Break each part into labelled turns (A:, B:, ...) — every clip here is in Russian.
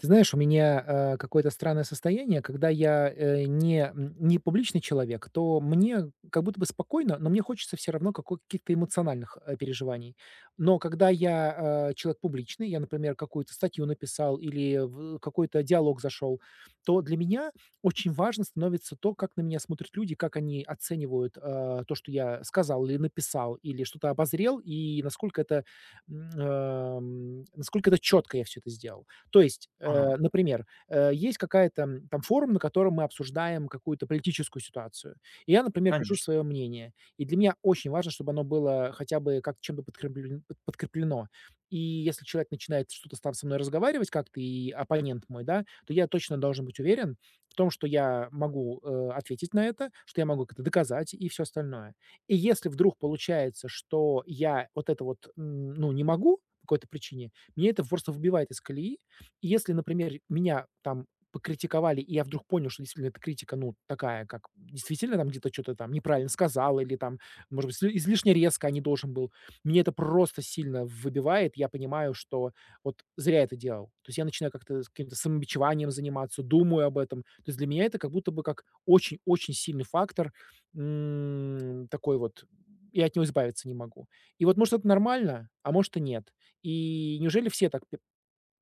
A: Ты знаешь, у меня, какое-то странное состояние, когда я, не публичный человек, то мне как будто бы спокойно, но мне хочется все равно како каких-то эмоциональных, переживаний. Но когда я, человек публичный, я, например, какую-то статью написал или в какой-то диалог зашел, то для меня очень важно становится то, как на меня смотрят люди, как они оценивают, то, что я сказал или написал, или что-то обозрел, и насколько это четко я все это сделал. То есть,
B: Ага,
A: например, есть какая-то, там форум, на котором мы обсуждаем какую-то политическую ситуацию. И я, например, пишу
B: конечно.
A: свое мнение. И для меня очень важно, чтобы оно было хотя бы как чем-то подкреплено. И если человек начинает что-то там со мной разговаривать как-то, и оппонент мой, да, то я точно должен быть уверен в том, что я могу ответить на это, что я могу это доказать и все остальное. И если вдруг получается, что я вот это вот, ну, не могу по какой-то причине, мне это просто выбивает из колеи, если, например, меня там покритиковали, и я вдруг понял, что действительно эта критика, ну, такая, как действительно там где-то что то там неправильно сказал или там, может быть, сли излишне резко, а не должен был. Мне это просто сильно выбивает. Я понимаю, что вот зря это делал. То есть я начинаю как-то с каким-то самобичеванием заниматься, думаю об этом. То есть для меня это как будто бы как очень-очень сильный фактор, такой вот. Я от него избавиться не могу. И вот, может, это нормально, а может и нет. И неужели все так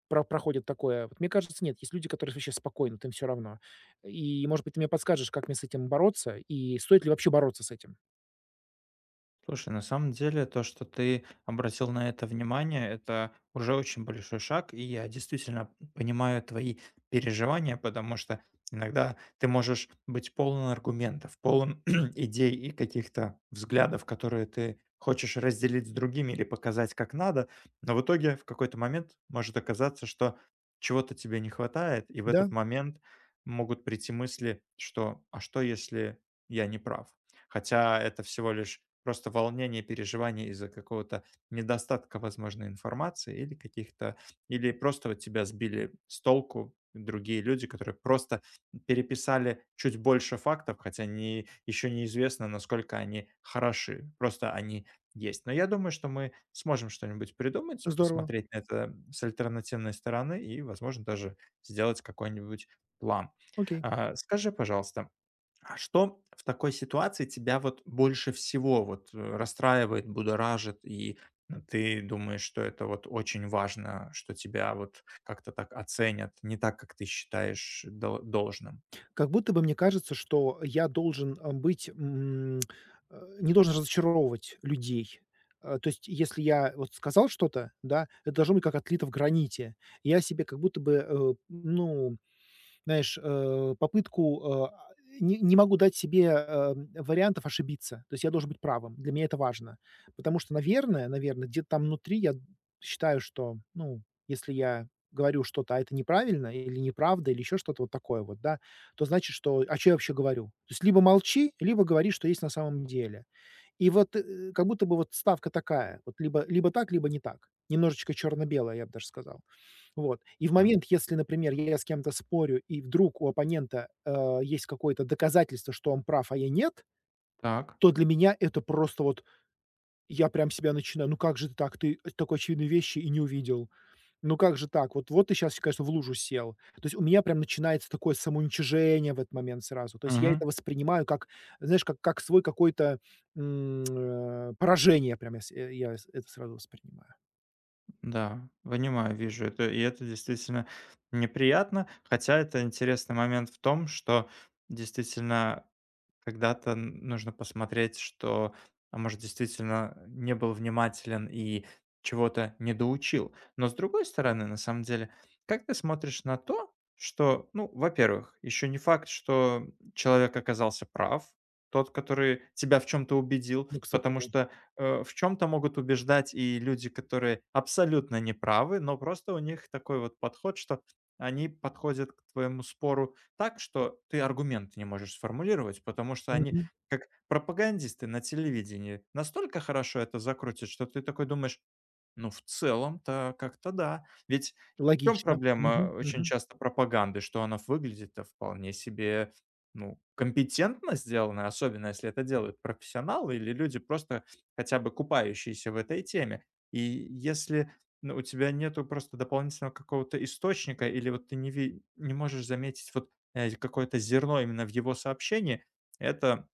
A: проходят такое. Вот мне кажется, нет, есть люди, которые вообще спокойно, вот им всё равно. И, может быть, ты мне подскажешь, как мне с этим бороться и стоит ли вообще бороться с этим?
B: Слушай, на самом деле то, что ты обратил на это внимание, это уже очень большой шаг, и я действительно понимаю твои переживания, потому что иногда ты можешь быть полон аргументов, полон идей и каких-то взглядов, которые ты хочешь разделить с другими или показать как надо, но в итоге в какой-то момент может оказаться, что чего-то тебе не хватает, и в
A: Да,
B: этот момент могут прийти мысли, что «а что, если я не прав?» Хотя это всего лишь просто волнение, переживание из-за какого-то недостатка, возможно, информации или каких-то, или просто вот тебя сбили с толку другие люди, которые просто переписали чуть больше фактов, хотя не, еще неизвестно, насколько они хороши, просто они есть. Но я думаю, что мы сможем что-нибудь придумать,
A: здорово.
B: посмотреть на это с альтернативной стороны и, возможно, даже сделать какой-нибудь план.
A: Окей.
B: Скажи, пожалуйста, а что в такой ситуации тебя вот больше всего вот расстраивает, будоражит, и ты думаешь, что это вот очень важно, что тебя вот как-то так оценят, не так, как ты считаешь должным?
A: Как будто бы мне кажется, что я должен, быть, не должен разочаровывать людей. То есть, если я вот сказал что-то, да, это должно быть как отлито в граните. Я себе как будто бы, ну, знаешь, попытку, не могу дать себе, вариантов ошибиться. То есть я должен быть правым. Для меня это важно. Потому что, наверное, где-то там внутри я считаю, что, ну, если я говорю что-то, а это неправильно или неправда, или еще что-то вот такое вот, да, то значит, что а чё я вообще говорю? То есть либо молчи, либо говори, что есть на самом деле. И вот, как будто бы вот ставка такая, вот либо так, либо не так. Немножечко черно-белое, я бы даже сказал. Вот. И в момент, если, например, я с кем-то спорю, и вдруг у оппонента, есть какое-то доказательство, что он прав, а я нет,
B: Так.
A: то для меня это просто вот я прям себя начинаю: "Ну как же ты так? Ты такой очевидной вещи и не увидел. Ну как же так? Вот ты сейчас, конечно, в лужу сел". То есть у меня прям начинается такое самоуничижение в этот момент сразу. То есть я это
B: Мгм.
A: воспринимаю как, знаешь, как свой какой-то, поражение прям я с э, я с это сразу воспринимаю.
B: Да, понимаю, вижу это. И это действительно неприятно. Хотя это интересный момент в том, что действительно когда-то н нужно посмотреть, что, а может, действительно не был внимателен и чего-то недоучил. Но с другой стороны, на самом деле, как ты смотришь на то, что, ну, во-первых, еще не факт, что человек оказался прав, тот, который тебя в чем-то убедил,
A: Ну, кстати,
B: потому
A: да.
B: что, в чем-то могут убеждать и люди, которые абсолютно неправы, но просто у них такой вот подход, что они подходят к твоему спору так, что ты аргумент не можешь сформулировать, потому что они,
A: Мгм.
B: как пропагандисты на телевидении, настолько хорошо это закрутят, что ты такой думаешь: ну, в целом-то как-то да. Ведь в чем
A: Логично.
B: проблема
A: Мгм,
B: очень
A: мгм.
B: часто пропаганды, что она выглядит вполне себе, ну, компетентно сделана, особенно если это делают профессионалы или люди, просто хотя бы купающиеся в этой теме. И если, ну, у тебя нету просто дополнительного какого-то источника или вот ты не можешь заметить вот, какое-то зерно именно в его сообщении, это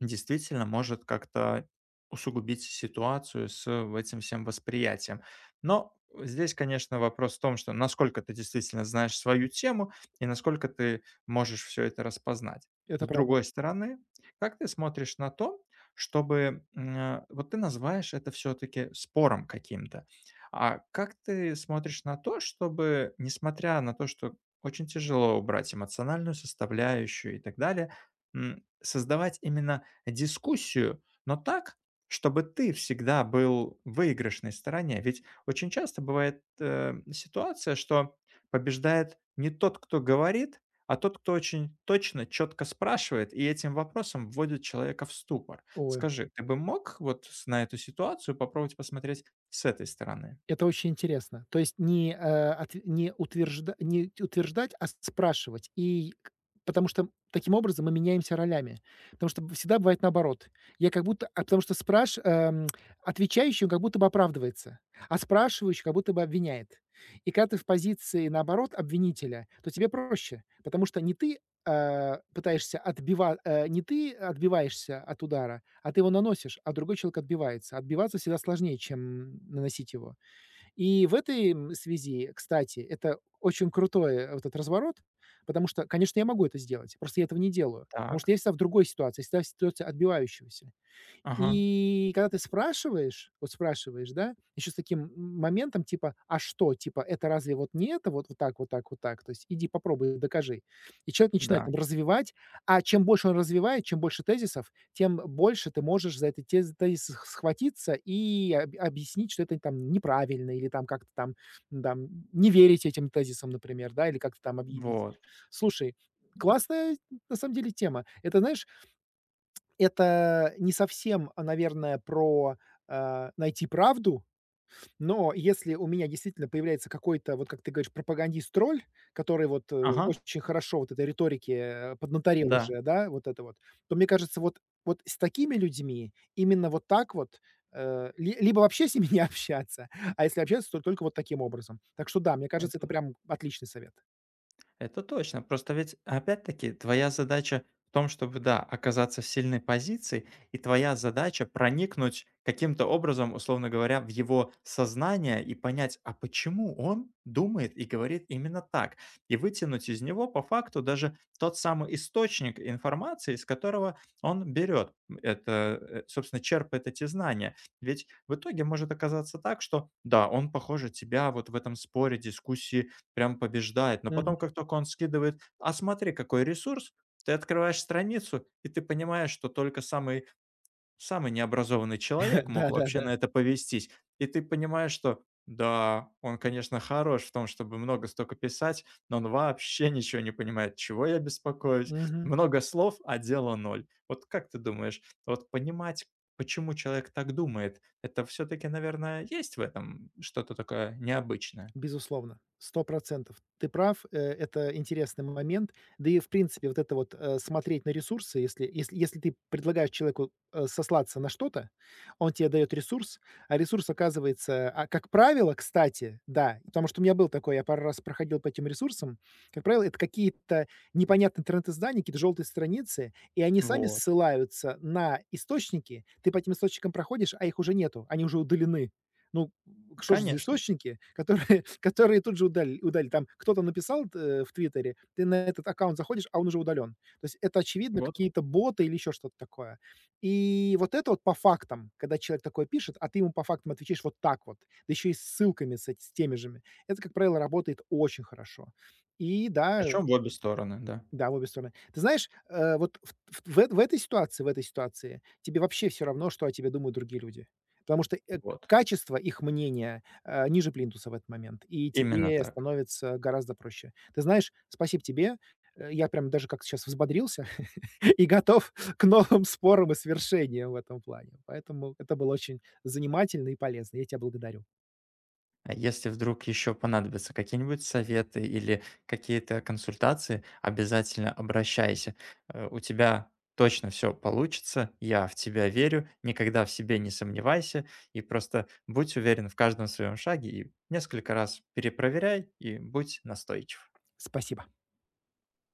B: действительно может как-то усугубить ситуацию с этим всем восприятием. Но здесь, конечно, вопрос в том, что насколько ты действительно знаешь свою тему и насколько ты можешь все это распознать.
A: Это
B: С
A: правда.
B: другой стороны, как ты смотришь на то, чтобы вот ты называешь это все-таки спором каким-то. А как ты смотришь на то, чтобы, несмотря на то, что очень тяжело убрать эмоциональную составляющую и так далее, создавать именно дискуссию, но так, чтобы ты всегда был в выигрышной стороне. Ведь очень часто бывает, ситуация, что побеждает не тот, кто говорит, а тот, кто очень точно, четко спрашивает и этим вопросом вводит человека в ступор.
A: Ой,
B: Скажи, ты бы мог вот с на эту ситуацию попробовать посмотреть с этой стороны?
A: это очень интересно. То есть не, э, от не утвержда не утверждать, а спрашивать. И к потому что таким образом мы меняемся ролями. Потому что всегда бывает наоборот. Я как будто а потому что спраш отвечающий, он как будто бы оправдывается, а спрашивающий как будто бы обвиняет. И когда ты в позиции, наоборот, обвинителя, то тебе проще, потому что не ты, пытаешься отбивать, не ты отбиваешься от удара, а ты его наносишь, а другой человек отбивается. Отбиваться всегда сложнее, чем наносить его. И в этой, связи, кстати, это очень крутой, вот этот разворот, потому что, конечно, я могу это сделать, просто я этого не делаю, потому что
B: Так,
A: я всегда в другой ситуации, всегда в ситуации отбивающегося.
B: ага,
A: И когда ты спрашиваешь, вот спрашиваешь, да, еще с таким моментом типа: "А что?" Типа: "Это разве вот не это? Вот так, вот так, вот так. То есть иди попробуй, докажи". И человек начинает
B: да,
A: там развивать, а чем больше он развивает, чем больше тезисов, тем больше ты можешь за эти тезис сх схватиться и об объяснить, что это там неправильно или там как-то там, там не верить этим тезисам, например, да, или как-то там объявить.
B: вот,
A: Слушай, классная на самом деле тема. Это, знаешь, это не совсем, наверное, про, найти правду, но если у меня действительно появляется какой-то, вот как ты говоришь, пропагандист-тролль, который вот,
B: ага,
A: очень хорошо вот этой риторике, поднаторел
B: да,
A: уже, да, вот это вот, то, мне кажется, вот с такими людьми именно вот так вот, э, ли либо вообще с ними не общаться, а если общаться, то только вот таким образом. Так что да, мне кажется, это
B: это
A: прям отличный совет.
B: Это. Точно. Просто ведь, опять-таки, твоя задача в том, чтобы, да, оказаться в сильной позиции, и твоя задача проникнуть каким-то образом, условно говоря, в его сознание и понять, а почему он думает и говорит именно так, и вытянуть из него по факту даже тот самый источник информации, из которого он берет, это, собственно, черпает эти знания. Ведь в итоге может оказаться так, что, да, он, похоже, тебя вот в этом споре, дискуссии прям побеждает. Но потом,
A: Мгм.
B: как только он скидывает: «А смотри, какой ресурс!» Ты открываешь страницу, и ты понимаешь, что только самый самый необразованный человек мог вообще
A: Да-да-да.
B: на это повестись. И ты понимаешь, что да, он, конечно, хорош в том, чтобы много столько писать, но он вообще ничего не понимает. Чего я беспокоюсь?
A: Мгм.
B: Много слов, а дело ноль. Вот как ты думаешь, вот понимать, почему человек так думает, это все таки, наверное, есть в этом что-то такое необычное?
A: Безусловно, 100%. Ты прав, это интересный момент. Да и, в принципе, вот это вот, смотреть на ресурсы, если ты предлагаешь человеку, сослаться на что-то, он тебе дает ресурс, а ресурс оказывается как правило, кстати, да, потому что у меня был такой, я пару раз проходил по этим ресурсам, как правило, это какие-то непонятные интернет-издания, какие-то желтые страницы, и они сами
B: Вот,
A: ссылаются на источники. Ты по этим источникам проходишь, а их уже нету, они уже удалены. Ну, что же за
B: конечно.
A: источники, которые которые тут же удалили. Там кто-то написал т в "Твиттере", ты на этот аккаунт заходишь, а он уже удален. То есть это, очевидно,
B: Вот.
A: какие-то боты или еще что-то такое. И вот это вот по фактам, когда человек такое пишет, а ты ему по фактам отвечаешь вот так вот, да еще и с ссылками с теми же. Это, как правило, работает очень хорошо. И да,
B: Причем в обе стороны, да.
A: да, в обе стороны. Ты знаешь, вот в эт в этой ситуации тебе вообще все равно, что о тебе думают другие люди, потому что,
B: Вот.
A: качество их мнения, ниже плинтуса в этот момент, и
B: Именно
A: тебе
B: так.
A: становится гораздо проще. Ты знаешь, спасибо тебе. Я прям даже как сейчас взбодрился и готов к новым спорам и свершениям в этом плане. Поэтому это было очень занимательно и полезно. Я тебя благодарю.
B: А если вдруг еще понадобятся какие-нибудь советы или какие-то консультации, обязательно обращайся. У тебя точно все получится, я в тебя верю, никогда в себе не сомневайся и просто будь уверен в каждом своем шаге и несколько раз перепроверяй и будь настойчив.
A: Спасибо.